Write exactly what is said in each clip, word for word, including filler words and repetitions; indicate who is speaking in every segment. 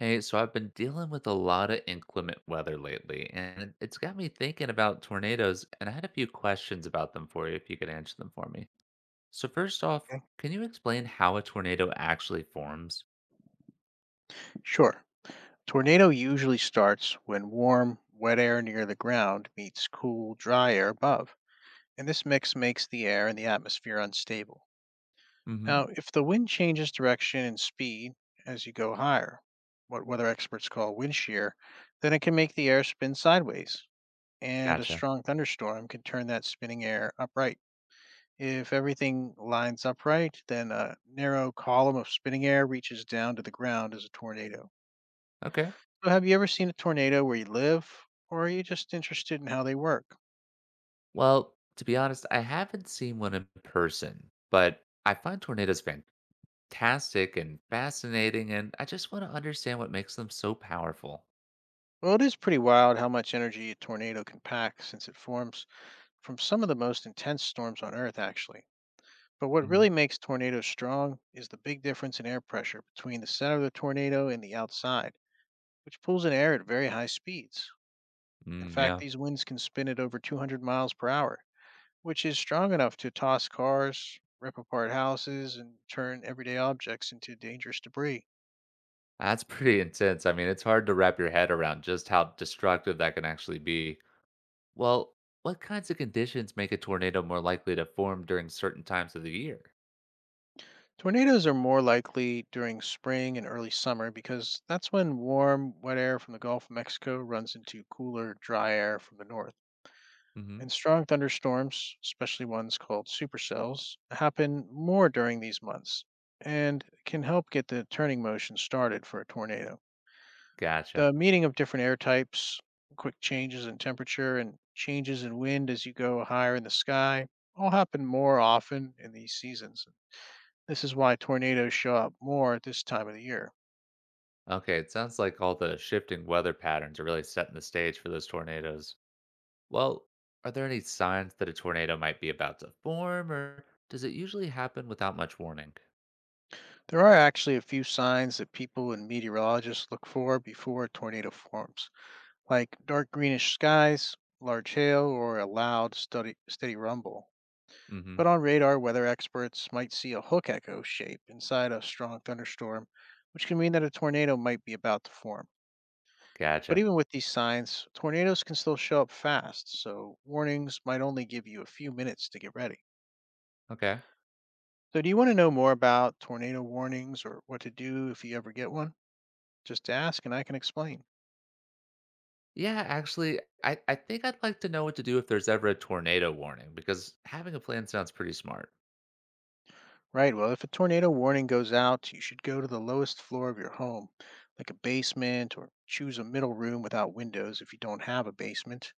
Speaker 1: Hey, so I've been dealing with a lot of inclement weather lately, and it's got me thinking about tornadoes, and I had a few questions about them for you if you could answer them for me. So first off,
Speaker 2: Okay.
Speaker 1: can you explain how a tornado actually forms?
Speaker 2: Sure. Tornado usually starts when warm, wet air near the ground meets cool, dry air above, and this mix makes the air and the atmosphere unstable.
Speaker 1: Mm-hmm.
Speaker 2: Now, if the wind changes direction and speed as you go higher, what weather experts call wind shear, then it can make the air spin sideways, and a
Speaker 1: Gotcha.
Speaker 2: strong thunderstorm can turn that spinning air upright. If everything lines upright, then a narrow column of spinning air reaches down to the ground as a tornado.
Speaker 1: Okay.
Speaker 2: So, have you ever seen a tornado where you live, or are you just interested in how they work?
Speaker 1: Well, to be honest, I haven't seen one in person, but I find tornadoes fantastic and fascinating, and I just want to understand what makes them so powerful.
Speaker 2: Well, it is pretty wild how much energy a tornado can pack since it forms from some of the most intense storms on Earth, actually. But what
Speaker 1: Mm-hmm.
Speaker 2: really makes tornadoes strong is the big difference in air pressure between the center of the tornado and the outside, which pulls in air at very high speeds. In
Speaker 1: Mm,
Speaker 2: fact,
Speaker 1: yeah.
Speaker 2: these winds can spin at over two hundred miles per hour, which is strong enough to toss cars, rip apart houses, and turn everyday objects into dangerous debris.
Speaker 1: That's pretty intense. I mean, it's hard to wrap your head around just how destructive that can actually be. Well, what kinds of conditions make a tornado more likely to form during certain times of the year?
Speaker 2: Tornadoes are more likely during spring and early summer because that's when warm, wet air from the Gulf of Mexico runs into cooler, dry air from the north.
Speaker 1: Hmm.
Speaker 2: And strong thunderstorms, especially ones called supercells, happen more during these months and can help get the turning motion started for a tornado.
Speaker 1: Gotcha.
Speaker 2: The meaning of different air types, quick changes in temperature, and changes in wind as you go higher in the sky all happen more often in these seasons. This is why tornadoes show up more at this time of the year.
Speaker 1: Okay, it sounds like all the shifting weather patterns are really setting the stage for those tornadoes. Well, are there any signs that a tornado might be about to form, or does it usually happen without much warning?
Speaker 2: There are actually a few signs that people and meteorologists look for before a tornado forms, like dark greenish skies, large hail, or a loud, steady, steady rumble.
Speaker 1: Hmm.
Speaker 2: But on radar, weather experts might see a hook echo shape inside a strong thunderstorm, which can mean that a tornado might be about to form. But
Speaker 1: Gotcha.
Speaker 2: even with these signs, tornadoes can still show up fast, so warnings might only give you a few minutes to get ready.
Speaker 1: Okay.
Speaker 2: So, do you want to know more about tornado warnings or what to do if you ever get one? Just ask and I can explain.
Speaker 1: Yeah, actually, I, I think I'd like to know what to do if there's ever a tornado warning because having a plan sounds pretty smart.
Speaker 2: Right. Well, if a tornado warning goes out, you should go to the lowest floor of your home, like a basement, or choose a middle room without windows if you don't have a basement.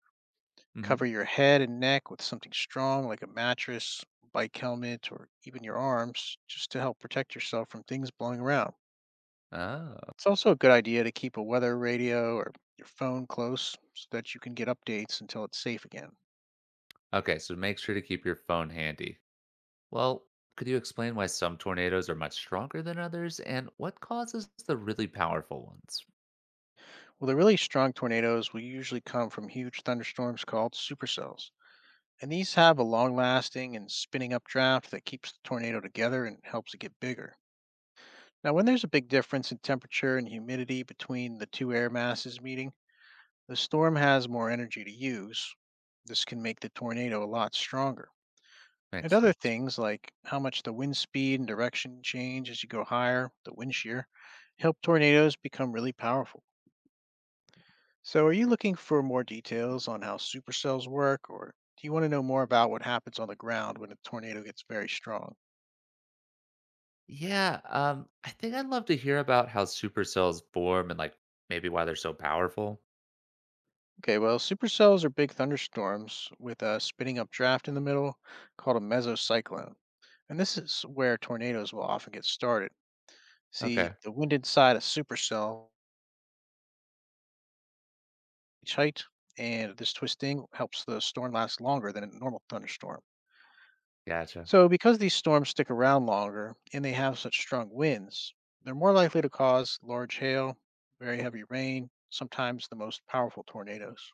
Speaker 2: Cover
Speaker 1: Hmm.
Speaker 2: your head and neck with something strong, like a mattress, bike helmet, or even your arms, just to help protect yourself from things blowing around.
Speaker 1: Oh,
Speaker 2: It's also a good idea to keep a weather radio or your phone close so that you can get updates until it's safe again.
Speaker 1: okay. So make sure to keep your phone handy. Well, could you explain why some tornadoes are much stronger than others and what causes the really powerful ones?
Speaker 2: Well, the really strong tornadoes will usually come from huge thunderstorms called supercells. And these have a long lasting and spinning up draft that keeps the tornado together and helps it get bigger. Now, when there's a big difference in temperature and humidity between the two air masses meeting, the storm has more energy to use. This can make the tornado a lot stronger. And
Speaker 1: Makes
Speaker 2: other
Speaker 1: sense.
Speaker 2: things like how much the wind speed and direction change as you go higher, the wind shear, help tornadoes become really powerful. So, are you looking for more details on how supercells work, or do you want to know more about what happens on the ground when a tornado gets very strong?
Speaker 1: Yeah, um, I think I'd love to hear about how supercells form and like maybe why they're so powerful.
Speaker 2: Okay, well, supercells are big thunderstorms with a spinning up draft in the middle called a mesocyclone. And this is where tornadoes will often get started. See,
Speaker 1: Okay,
Speaker 2: the wind inside a supercell each height, and this twisting helps the storm last longer than a normal thunderstorm.
Speaker 1: gotcha.
Speaker 2: So, because these storms stick around longer and they have such strong winds, they're more likely to cause large hail, very heavy rain, sometimes the most powerful tornadoes.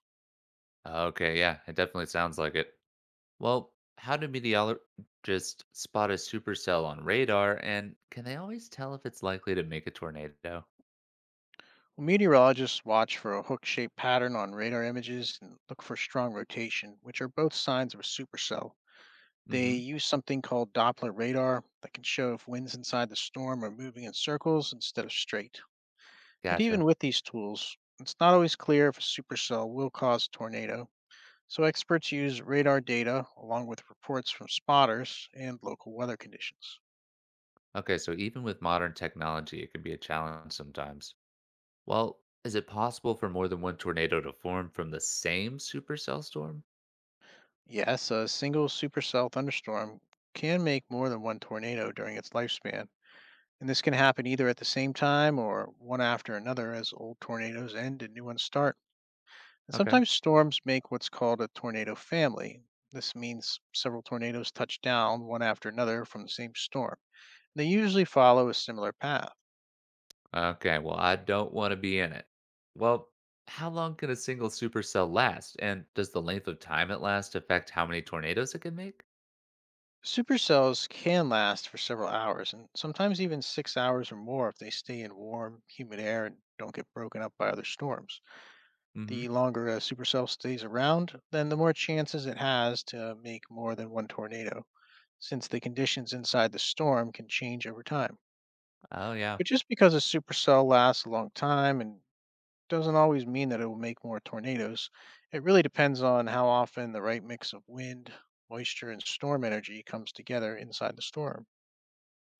Speaker 1: Okay, yeah, it definitely sounds like it. Well, how do meteorologists spot a supercell on radar, and can they always tell if it's likely to make a tornado?
Speaker 2: Well, meteorologists watch for a hook shaped pattern on radar images and look for strong rotation, which are both signs of a supercell. They
Speaker 1: Hmm.
Speaker 2: use something called Doppler radar that can show if winds inside the storm are moving in circles instead of straight. And
Speaker 1: Gotcha.
Speaker 2: even with these tools, it's not always clear if a supercell will cause a tornado, so experts use radar data along with reports from spotters and local weather conditions.
Speaker 1: Okay, so even with modern technology, it can be a challenge sometimes. Well, is it possible for more than one tornado to form from the same supercell storm?
Speaker 2: Yes, a single supercell thunderstorm can make more than one tornado during its lifespan, and this can happen either at the same time or one after another as old tornadoes end and new ones start. And
Speaker 1: Okay.
Speaker 2: sometimes storms make what's called a tornado family. This means several tornadoes touch down one after another from the same storm. They usually follow a similar path.
Speaker 1: Okay, well, I don't want to be in it. Well, how long can a single supercell last? And does the length of time it lasts affect how many tornadoes it can make?
Speaker 2: Supercells can last for several hours and sometimes even six hours or more if they stay in warm, humid air and don't get broken up by other storms.
Speaker 1: Hmm.
Speaker 2: The longer a supercell stays around, then the more chances it has to make more than one tornado, since the conditions inside the storm can change over time.
Speaker 1: Oh, yeah.
Speaker 2: But just because a supercell lasts a long time and doesn't always mean that it will make more tornadoes. It really depends on how often the right mix of wind, moisture, and storm energy comes together inside the storm.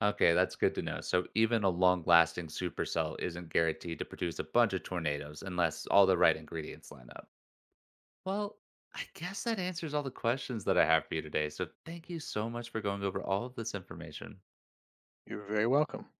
Speaker 1: Okay, that's good to know. So even a long-lasting supercell isn't guaranteed to produce a bunch of tornadoes unless all the right ingredients line up. Well, I guess that answers all the questions that I have for you today. So thank you so much for going over all of this information.
Speaker 2: You're very welcome.